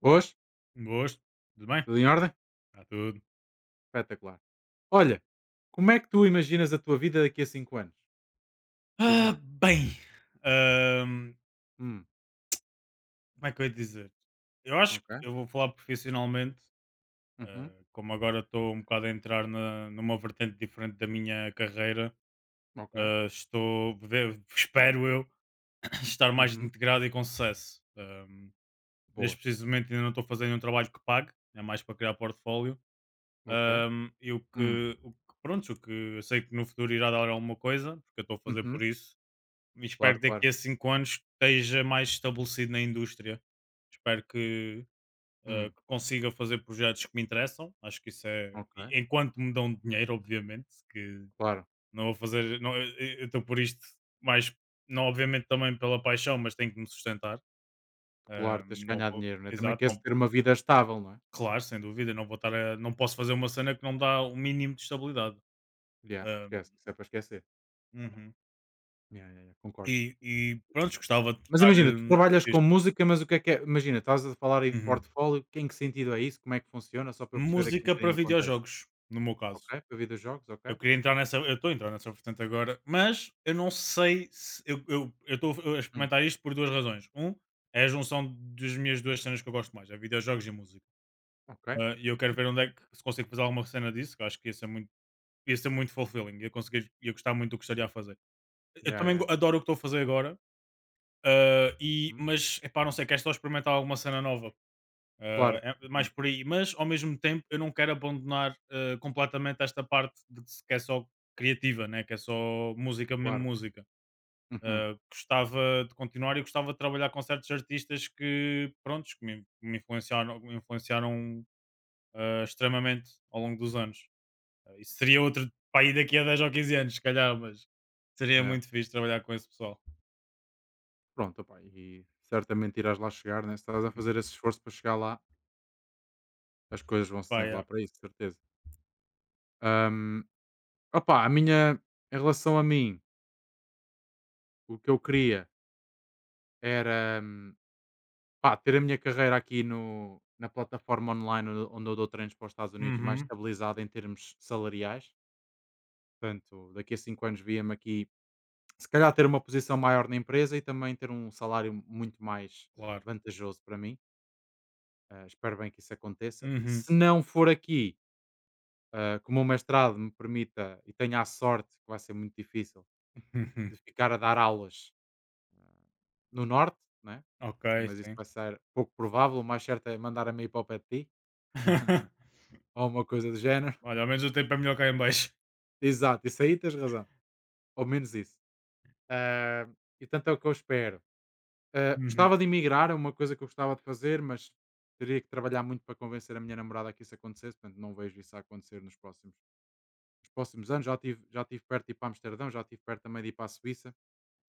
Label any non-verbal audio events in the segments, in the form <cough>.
Hoje? Um gosto, tudo bem? Tudo em ordem? Está tudo. Espetacular. Olha, como é que tu imaginas a tua vida daqui a 5 anos? Diz-me Ah, lá. bem, ahm, Hum, como é que eu ia dizer? Eu acho ok. que eu vou falar profissionalmente. Uhum, Ah, como agora estou um bocado a entrar numa vertente diferente da minha carreira. ok. Ah, estou, espero eu, <coughs> <clears throat> estar mais Uhum, integrado e com sucesso. Neste boa. preciso momento ainda não estou fazendo um trabalho que pague, é mais para criar portfólio. Ok. E Hum, pronto, o que eu sei que no futuro irá dar alguma coisa, porque eu estou a fazer uhum, por isso. E espero claro, que claro. daqui a 5 anos esteja mais estabelecido na indústria. Espero que, eh, Hum, que consiga fazer projetos que me interessam. Acho que isso é. ok. E enquanto me dão dinheiro, obviamente, que Claro, não vou fazer. Não, eu estou por isto mais. Não, obviamente, também pela paixão, mas tenho que me sustentar. Eh, claro, tens que não ganhar vou- dinheiro, né? Também exato, queres não- ter uma vida estável, não é? claro, sem dúvida. Não vou estar a- não posso fazer uma cena que não me dá o mínimo de estabilidade. Yeah, Eh, esquece, isso é para esquecer. uhum. Yeah, yeah, yeah, concordo. E pronto, gostava de Mas estar. imagina, tu Eh, trabalhas com isto. música, mas o que é que é? Imagina, estás a falar aí de Uhum. portfólio, em que sentido é isso? Como é que funciona? Só para eu perceber aqui um Música para bocadinho o contexto. videojogos, no meu caso. Ok? Para videojogos, Eu ok? queria entrar nessa eu estou a entrar nessa vertente agora, mas eu não sei se eu estou a Hum, experimentar isto por 2 razões. Um é a junção das minhas 2 cenas que eu gosto mais, é videojogos e música. ok. Ah, e eu quero Uhum. ver onde é que se consigo fazer alguma cena disso, que eu acho que ia ser muito fulfilling, ia gostar muito do que estaria a fazer. Eu Ya, também ya. adoro o que estou a fazer agora. Ah, e Hum, mas, epá, não sei, quero só experimentar alguma cena nova. claro. Ah, é mais Uhum, por aí, mas ao mesmo tempo eu não quero abandonar, ah, completamente esta parte de que se- que é só criativa, né? Que é só música, mesmo claro. música. Uhum, Ah, gostava de continuar e gostava de trabalhar com certos artistas que, prontos, que me me influenciaram, ah, extremamente ao longo dos anos. Ah, isso seria outro para aí daqui a 10 ou 15 anos, se calhar, mas seria é. muito fixe trabalhar com esse pessoal. Pronto, opá, e certamente irás lá chegar, né? Se estás a Uhum. fazer esse esforço para chegar lá, as coisas vão se Pá, desenrolar yeah. para isso, de certeza. Ahm, Opá, em relação a mim, o que eu queria era, pá, ter a minha carreira aqui no, na plataforma online onde eu dou treinos para os Estados Unidos mais Uhum, estabilizada em termos salariais. Portanto, daqui a 5 anos via-me aqui. Se calhar ter uma posição maior na empresa e também ter um salário muito mais, claro. vantajoso para mim, espero bem que isso aconteça. Uhum. Se não for aqui, que o mestrado me permita e tenha a sorte, que vai ser muito difícil, <laughs> de ficar a dar aulas, ah, no norte, né, Ok, mas isso sim. vai ser pouco provável, o mais certo é mandar me ir para o pé de ti, <laughs> <laughs> ou uma coisa do género. Olha, ao menos o tempo é melhor cá em baixo. Exato, isso aí tens razão. Ou menos isso. Ah, e tanto é o que eu espero. Uhum. Gostava de emigrar, é uma coisa que eu gostava de fazer, mas teria que trabalhar muito para convencer a minha namorada que isso acontecesse, portanto não vejo isso a acontecer nos próximos anos. Já tive perto de ir para Amsterdão, já tive perto também de ir para a Suíça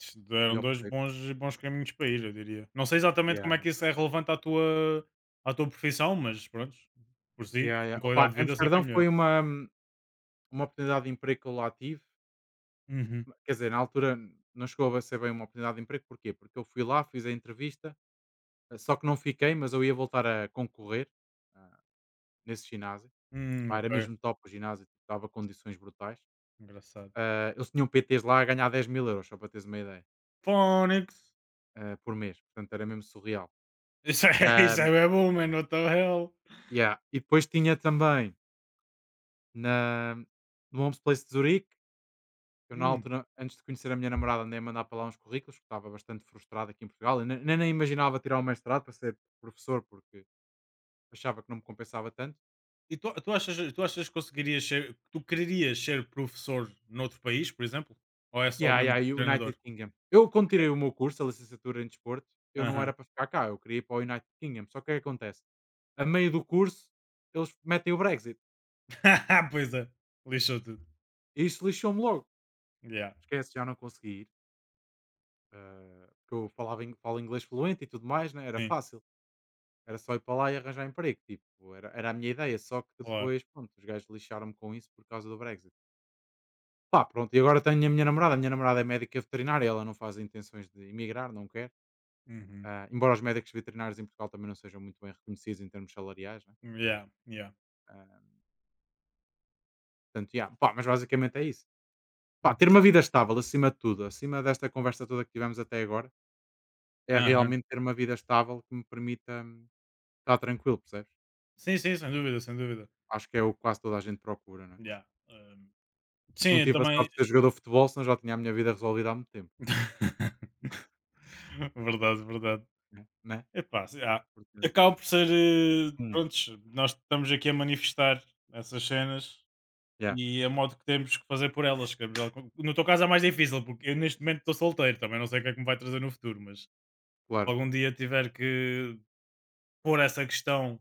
Isto e Deram dois optei. bons, bons caminhos para ir, eu diria. Não sei exatamente Yeah, como é yeah. que isso é relevante à tua profissão, mas pronto, por si, Yeah, yeah. em qualidade Opa, de vida, sei que Amsterdão é melhor. foi uma oportunidade de emprego que eu lá tive. Uhum. Quer dizer, na altura não chegou a ser bem uma oportunidade de emprego, porquê? Porque eu fui lá, fiz a entrevista, só que não fiquei, mas eu ia voltar a concorrer, ah, nesse ginásio. Pá, era Ok, mesmo top o ginásio, tipo, dava condições brutais. engraçado. Eles tinham PTs lá a ganhar 10.000 euros só para teres uma ideia, Phonics, por mês, portanto era mesmo surreal. isso é, <laughs> Ah, isso é bem bom, man, what the hell? yeah. E depois tinha também na, no Homes Place de Zurique, eu na Hum. altura, antes de conhecer a minha namorada, andei a mandar para lá uns currículos, que estava bastante frustrado aqui em Portugal, eu nem imaginava tirar o mestrado para ser professor, porque achava que não me compensava tanto. E tu achas que conseguirias ser, que tu quererias ser professor noutro país, por exemplo? Ou é só Yeah, yeah, mesmo e o United treinador? Kingdom. Eu, quando tirei o meu curso, a licenciatura em desporto, eu não era Aham. para ficar cá, eu queria ir para o United Kingdom. Só que o que é que acontece? A meio do curso, eles metem o Brexit. <laughs> Pois é, lixou tudo. E isso lixou-me logo. Yeah. Esquece, já não consegui ir. Porque eu falo inglês fluente e tudo mais, né? Era Sim, fácil. Era só ir para lá e arranjar emprego. Tipo, era a minha ideia. Só que claro. depois, pronto, os gajos lixaram-me com isso por causa do Brexit. Pá, pronto, e agora tenho a minha namorada. A minha namorada é médica veterinária. Ela não faz intenções de emigrar, não quer. Uhum. Embora os médicos veterinários em Portugal também não sejam muito bem reconhecidos em termos salariais, né? Yeah, yeah. Ah, Portanto, yeah, pá, mas basicamente é isso. Pá, ter Intere uma vida estável acima de tudo, acima desta conversa toda que tivemos até agora. É Aham. realmente ter uma vida estável que me permita, estar tranquilo, percebes? Sim, sim, sem dúvida, sem dúvida. Acho que é o que quase toda a gente procura, não é? Yeah. Hum, Não sim, eu tive a também. sorte de ser jogador de futebol, senão já tinha a minha vida resolvida há muito tempo, <laughs> Verdade, verdade. né? Né? Epá, se há acaba Portanto, por ser, eh, hum, prontos, nós estamos aqui a manifestar essas cenas yeah, e a modo que temos que fazer por elas. Gabriel é melhor co No teu caso é mais difícil, porque eu neste momento estou solteiro, também não sei o que é que me vai trazer no futuro, mas claro. algum dia tiver que pôr essa questão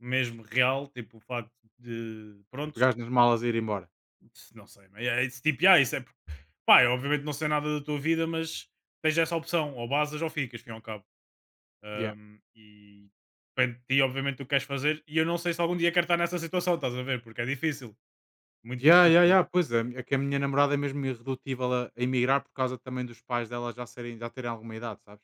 mesmo real, tipo o facto de prontos. Pegares nas malas e ir embora. Isso não sei, mas é, esse tipo, yeah, isso é. Pá, eu obviamente não sei nada da tua vida, mas tens essa opção, ou basas ou ficas, fim ao cabo. Yeah. E depende de ti, obviamente, o que queres fazer. E eu não sei se algum dia quero estar nessa situação, estás a ver? Porque é difícil, muito Yeah, yeah, difícil. yeah. Pois é, é que a minha namorada é mesmo irredutível a emigrar por causa também dos pais dela já serem, já terem alguma idade, sabes?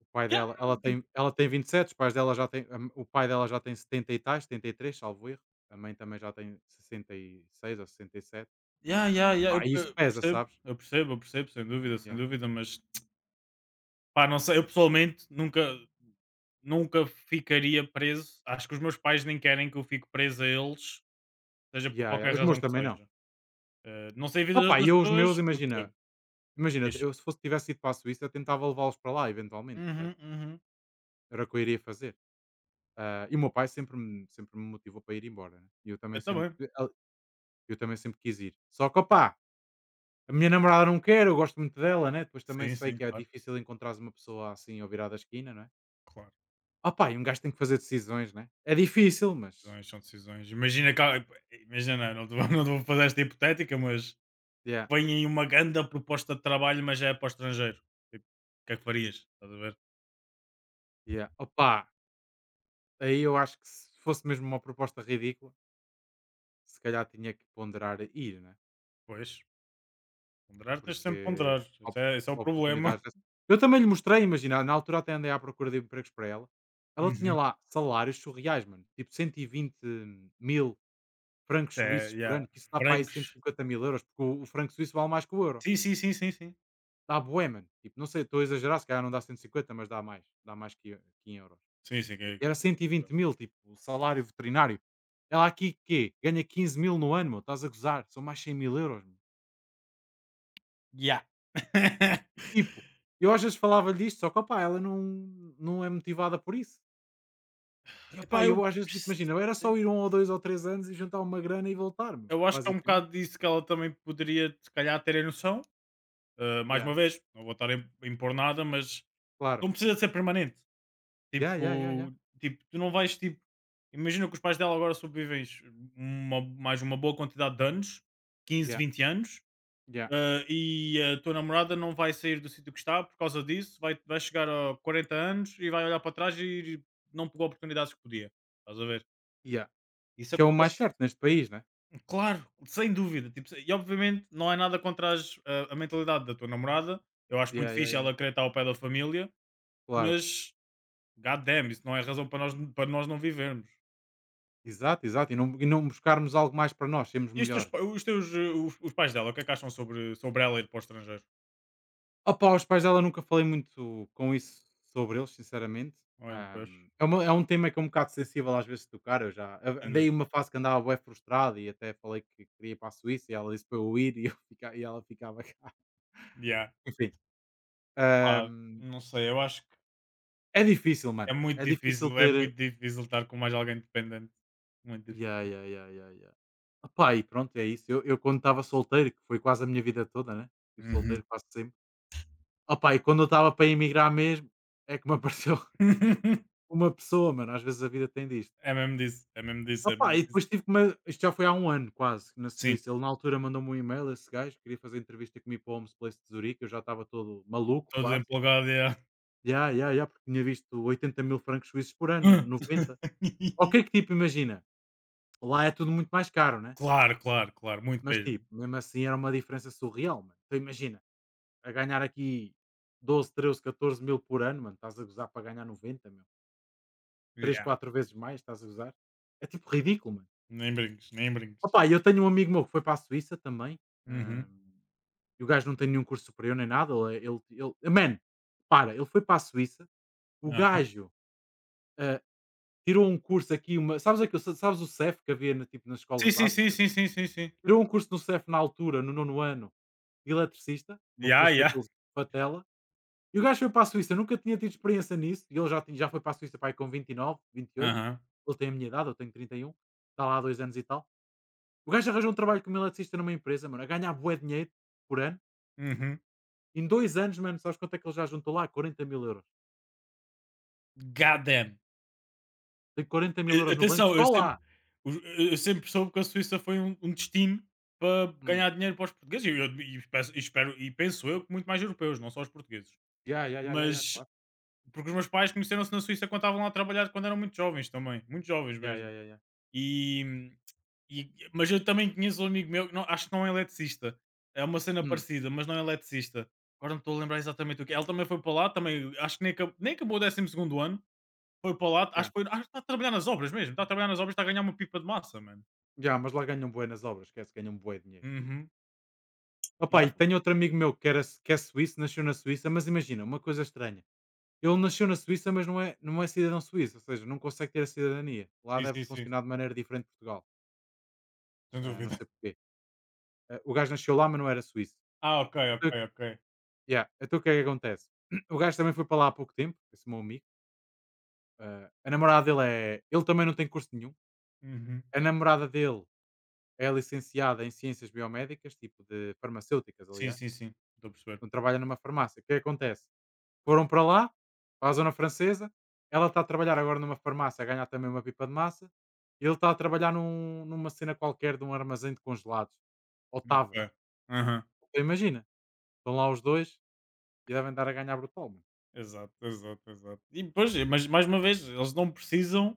O pai Yeah, dela, ela tipo, tem, ela tem 27, os pais dela já têm, o pai dela já tem 70 e tais, 73, salvo erro. A mãe também já tem 66 ou 67. yeah, yeah, yeah, eu Isso eu pesa, percebo, sabes? eu percebo, eu percebo, sem dúvida, sem Yeah. dúvida, mas pá, não sei, eu pessoalmente nunca, nunca ficaria preso. Acho que os meus pais nem querem que eu fique preso a eles, seja por Yeah, yeah. qualquer Os meus razão que também não. seja. Eh, não sei a vida das Opa, e outras eu os pessoas, meus, eu imagina, percebo. imagina, Fixe. eu se fosse tivesse ido para a Suíça, eu tentava levá-los para lá, eventualmente, Uhum, percebes? uhum. Era o que eu iria fazer. E o meu pai sempre me motivou para ir embora, né? E eu também Eu sempre, também. al- eu também sempre quis ir. Só que, opá, a minha namorada não quer, eu gosto muito dela, né? Depois também Sim, sei sim, que é claro, difícil encontrares uma pessoa assim ao virar da esquina, não é? claro. Opá, e um gajo tem que fazer decisões, né? É difícil, mas, Decisões são decisões. Imagina imagina, não te, vou, <laughs> não te vou fazer esta hipotética, mas yeah, vem aí uma grande proposta de trabalho, mas já é para o estrangeiro. Tipo, o que é que farias? Estás a ver? yeah. Opá, aí eu acho que se fosse mesmo uma proposta ridícula, se calhar tinha que ponderar ir, né, Pois, ponderar tens de sempre porque ponderar. op Esse é o problema. oportunidades dessas <laughs> eu também lhe mostrei, imagina, na altura até andei à procura de empregos para ela, ela tinha Uhum. lá salários surreais, mano, tipo cento e vinte mil francos Isso é, suíços por yeah. ano, que isso dá para aí cento e Brancos. cinquenta mil euros, porque o franco suíço vale mais que o euro. Sim, sim, sim, sim, sim. Dá bué, mano, tipo, não sei, estou a exagerar, se calhar não dá 150, mas dá mais que em euros. Sim, sim. Que... Era 120.000, tipo, o salário veterinário. Ela aqui, quê? Ganha 15.000 no ano, meu, estás a gozar, são mais 100.000€. Yeah. <laughs> Tipo, eu às vezes falava-lhe isto, só que opá, ela não é motivada por isso. E opá, Epá, eu, eu às vezes, tipo, imagina, eu era só ir 1 ou 2 ou 3 anos e juntar uma grana e voltar, meu, eu acho que é um basicamente. bocado disso que ela também poderia, se calhar, ter a noção. Mais Yeah, uma vez, não vou estar a impor nada, mas claro. não precisa de ser permanente. Yeah, yeah, yeah, yeah. Tipo, tipo, tu não vais, tipo, imagina que os pais dela agora sobrevivem mais uma boa quantidade de anos, quinze Yeah, vinte anos, yeah, e a tua namorada não vai sair do sítio que está por causa disso, vai chegar a 40 anos e vai olhar para trás e não pegou oportunidades que podia. Estás a ver? yeah. Isso Que é o mais acontece. certo neste país, né? Claro, sem dúvida. Tipo, e obviamente não é nada contra a mentalidade da tua namorada. Eu acho Yeah, muito yeah, fixe yeah, yeah. ela querer estar ao pé da família, Claro. mas god damn, isso não é razão para nós não vivermos. Exato, exato. E não buscarmos algo mais para nós, sermos E melhores, né? Os teus eh, os pais dela, o que é que acham sobre ela ir para o estrangeiro? Opa, os pais dela nunca falei muito com isso sobre eles, sinceramente. Olha, depois. É um tema que é um bocado sensível às vezes de tocar. Eu andei uma fase que andava bem frustrado e até falei que queria ir para a Suíça e ela disse para eu ir, <laughs> e ela ficava cá. Yeah. Enfim, Ah, ahm, não sei, eu acho que é difícil, mano. É difícil é ter. muito difícil estar com mais alguém dependente. Muito Yeah, difícil. yeah, yeah, yeah, yeah. Opa, e pronto, é isso. Eu quando estava solteiro, que foi quase a minha vida toda, né? Estive Uhum. solteiro quase sempre. Opa, e quando eu estava para emigrar mesmo, é que me apareceu <laughs> <laughs> uma pessoa, mano. Às vezes a vida tem disto. É mesmo disso, é mesmo disso, é Opá, mesmo e disso. depois tive que ma isto já foi há um ano quase, na Sim, Suíça. Ele na altura mandou-me um e-mail, esse gajo, queria fazer entrevista comigo para o Homes Place de Zurique, eu já estava todo maluco estou quase. desempolgado. Yeah. "Ya, ya, ya", porque tinha visto 80.000 francos suíços por ano, Hã. 90. Ok <laughs> que tipo, imagina, lá é tudo muito mais caro, né, Claro, claro, claro, muito mas mesmo. tipo, mesmo assim era uma diferença surreal, mano. Então imagina, a ganhar aqui 12, 13, mil por ano, mano, estás a gozar para ganhar 90, meu. 3, Yeah, 4 vezes mais, estás a gozar. É tipo ridículo, mano. nem brinques, nem brinques. Opá, e eu tenho um amigo meu que foi para a Suíça também, Uhum, hum, e o gajo não tem nenhum curso superior nem nada, ele é ele ele eh, man, repara, ele foi para a Suíça, o aham. gajo, hã, tirou um curso aqui, uma sabes aquele sabes o CEF que havia na tipo nas Sim, escolas sim, sim, básicas? sim, sim, sim, sim. Tirou um curso no CEF na altura, no nono º ano, de eletricista, um Yeah, curso yeah. daqueles de patela, e o gajo foi para a Suíça, nunca tinha tido experiência nisso, e ele já foi para a Suíça para aí com 29, 28. Aham. Ele tem a minha idade, eu tenho 31. Está lá há 2 anos e tal. O gajo arranjou um trabalho como eletricista numa empresa, mano, a ganhar bué dinheiro por ano. Uhum. Em 2 anos, mano, sabes quanto é que ele já juntou lá? 40.000 euros. God damn. Tem quarenta mil A euros no banco atenção, eu só sempre lá. os eu eu sempre soube que a Suíça foi um destino para Hum. ganhar dinheiro para os portugueses e eu e peço e espero e penso eu que muito mais europeus, não só os portugueses. Ya, ya, ya, ya, ya, Mas claro. porque os meus pais conheceram-se na Suíça quando estavam lá a trabalhar, quando eram muito jovens também, muito jovens Ya, ya, mesmo. ya, ya. E, mas eu também conheço um amigo meu, que não, acho que não é eletricista, é uma cena Hum, parecida, mas não é eletricista. Agora não estou a lembrar exatamente o que é. Ele também foi para lá, também acho que nem, nem acabou o 12.º ano, foi para lá, acho ya. que, foi, acho que está a trabalhar nas obras mesmo, está a trabalhar nas obras, está a ganhar uma pipa de massa, mano. Ya, mas lá ganham bué nas obras, esquece, ganham bué dinheiro. Uhum. Opa, Não e é? tenho outro amigo meu que é suíço, nasceu na Suíça, mas imagina, uma coisa estranha, ele nasceu na Suíça, mas não é cidadão suíço, ou seja, não consegue ter a cidadania. Lá Sim, deve sim, sim, funcionar de maneira diferente de Portugal, sem não dúvida. sei porquê. O gajo nasceu lá, mas não era suíço. Ah, ok, ok, Então, ok. ya, então o que é que acontece? <clears throat> O gajo também foi para lá há pouco tempo, esse meu amigo. A namorada dele ele também não tem curso nenhum. Uhum. A namorada dele é licenciada em ciências biomédicas, tipo de farmacêuticas, Sim, aliás. sim, sim, estou a perceber. Então trabalha numa farmácia. O que é que acontece? Foram para lá, para a zona francesa. Ela está a trabalhar agora numa farmácia, a ganhar também uma pipa de massa. Ele está a trabalhar numa cena qualquer de um armazém de congelados. Ou Ok. estava. Aham. Então imagina, estão lá os dois e devem dar a ganhar brutal, mano. Exato, exato, exato. E depois, mas mais uma vez, eles não precisam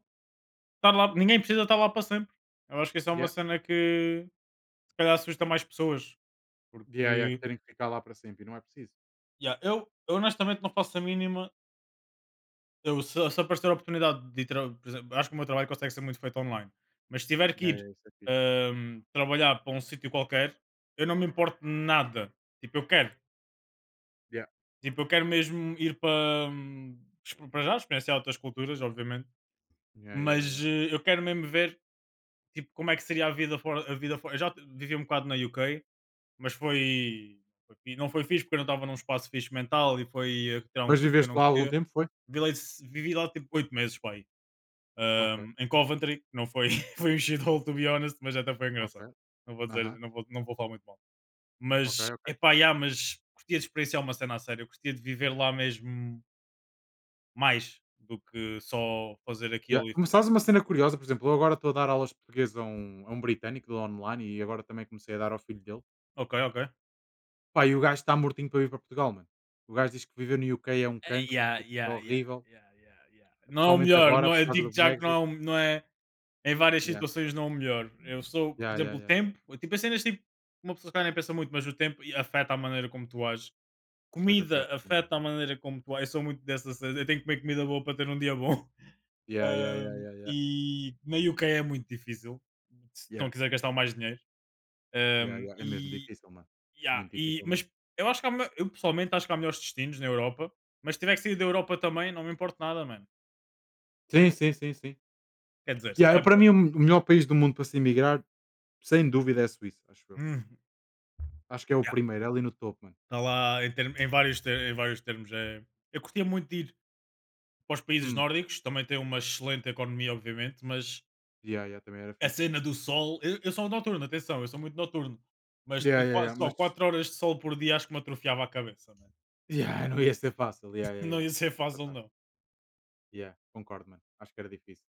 estar lá. Ninguém precisa estar lá para sempre. Eu acho que isso é uma Yeah. cena que se calhar assusta mais pessoas, Yeah, yeah, que porque terem que ficar lá para sempre, e não é preciso. yeah, eu honestamente não faço a mínima. Eu, se aparecer a oportunidade de ir, por exemplo, acho que o meu trabalho consegue ser muito feito online, mas se tiver que Yeah, ir, yeah, isso é fixe. Trabalhar para um sítio qualquer, eu não me importo nada. Tipo, eu quero, Yeah. tipo, eu quero mesmo ir para, para já experienciar outras culturas, obviamente, Yeah, yeah, yeah, yeah. mas eh, eu quero mesmo ver tipo, como é que seria a vida fora. A vida fora. Eu já vivi um bocado na UK. Mas não foi fixe porque eu não estava num espaço fixe mental e foi a tirar um Mas curso que eu viveste não lá há algum queria. tempo, foi? Vivi lá, vivi lá tipo 8 meses, pai. Ok, Em Coventry, que não foi, <laughs> foi um shithole, to be honest, mas até foi ok. engraçado. Não vou dizer, Aham. não vou, não vou falar muito mal. Ok, Mas, ok. epá, yeah, mas curtia de experienciar uma cena a sério, curtia de viver lá mesmo mais do que só fazer Yeah. aquilo e ficar. Começaste uma cena curiosa, por exemplo, eu agora estou a dar aulas de português a um britânico do online e agora também comecei a dar ao filho dele. Ok, ok. Pá, e o gajo está mortinho para vir para Portugal, mano. O gajo diz que viver no UK é um É, cancro, yeah, tipo, é yeah, yeah, horrível, yeah, yeah, yeah. Não é o especialmente melhor, agora não por é, causa digo do já que não é, Brexit. Não é. Em várias Yeah, situações não o melhor. Eu sou, por yeah, yeah, exemplo, o yeah, yeah. tempo, tipo, as cenas tipo, uma pessoa que nem pensa muito, mas o tempo afeta a maneira como tu ages. Pois Comida afeta muito, afeta a mano. maneira como tu ages. Eu sou muito dessa cena, eu tenho que comer comida boa para ter um dia bom. <laughs> Yeah, yeah, yeah, yeah, yeah. E na UK é muito difícil, se não Yeah, quiser gastar mais dinheiro. yeah, yeah. É mesmo E, difícil, mano. yeah, Muito difícil mesmo. mas eu acho que há, eu pessoalmente acho que há melhores destinos na Europa, mas se tiver que sair da Europa também, não me importa nada, mano. Sim, sim, sim, sim. Quer dizer, se Yeah, eu, calhar para importa. mim, o melhor país do mundo para se emigrar, sem dúvida, é a Suíça, acho eu. Hum, Acho que é o primeiro, é ali no topo, mano. Está lá em, em vários, em vários termos. É... Eu curtia muito de ir para os países Hum. nórdicos, também tem uma excelente economia, obviamente, mas Yeah, yeah, também era a fixe. cena do sol. Eu sou noturno, atenção, eu sou muito noturno, mas Yeah, ter yeah, yeah, só mas 4 horas de sol por dia acho que me atrofiava a cabeça, mano. yeah, <laughs> não ia ser fácil. Yeah, <laughs> yeah, Não yeah. ia ser fácil, Verdade. não. Ya, concordo, mano. Acho que era difícil.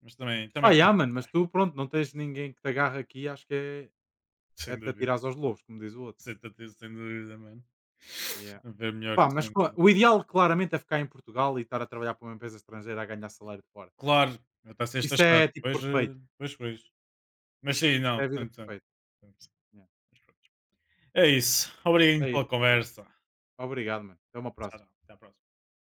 Mas também, também queria Yeah, mano, mas experimentar, tu, pronto, não tens ninguém que te agarre aqui, acho que é, sem te dúvida. atirares aos lobos, como diz o outro. Sem dúvida, sem dúvida, mano. Ya. Ver melhor Pá, isso, mas sem dúvida. o ideal claramente é ficar em Portugal e estar a trabalhar para uma empresa estrangeira a ganhar salário de fora. Claro, está a ser Isso taxado. é tipo Pois, perfeito. eh, pois, pois. Mas sim, Isso não, é a vida sempre, sempre. perfeita. Sempre, sempre. Ya. É isso. É Obrigado isso, pela perfeito. conversa. Obrigado, mano. Até uma Tchau, próxima. tchau. Até a próxima.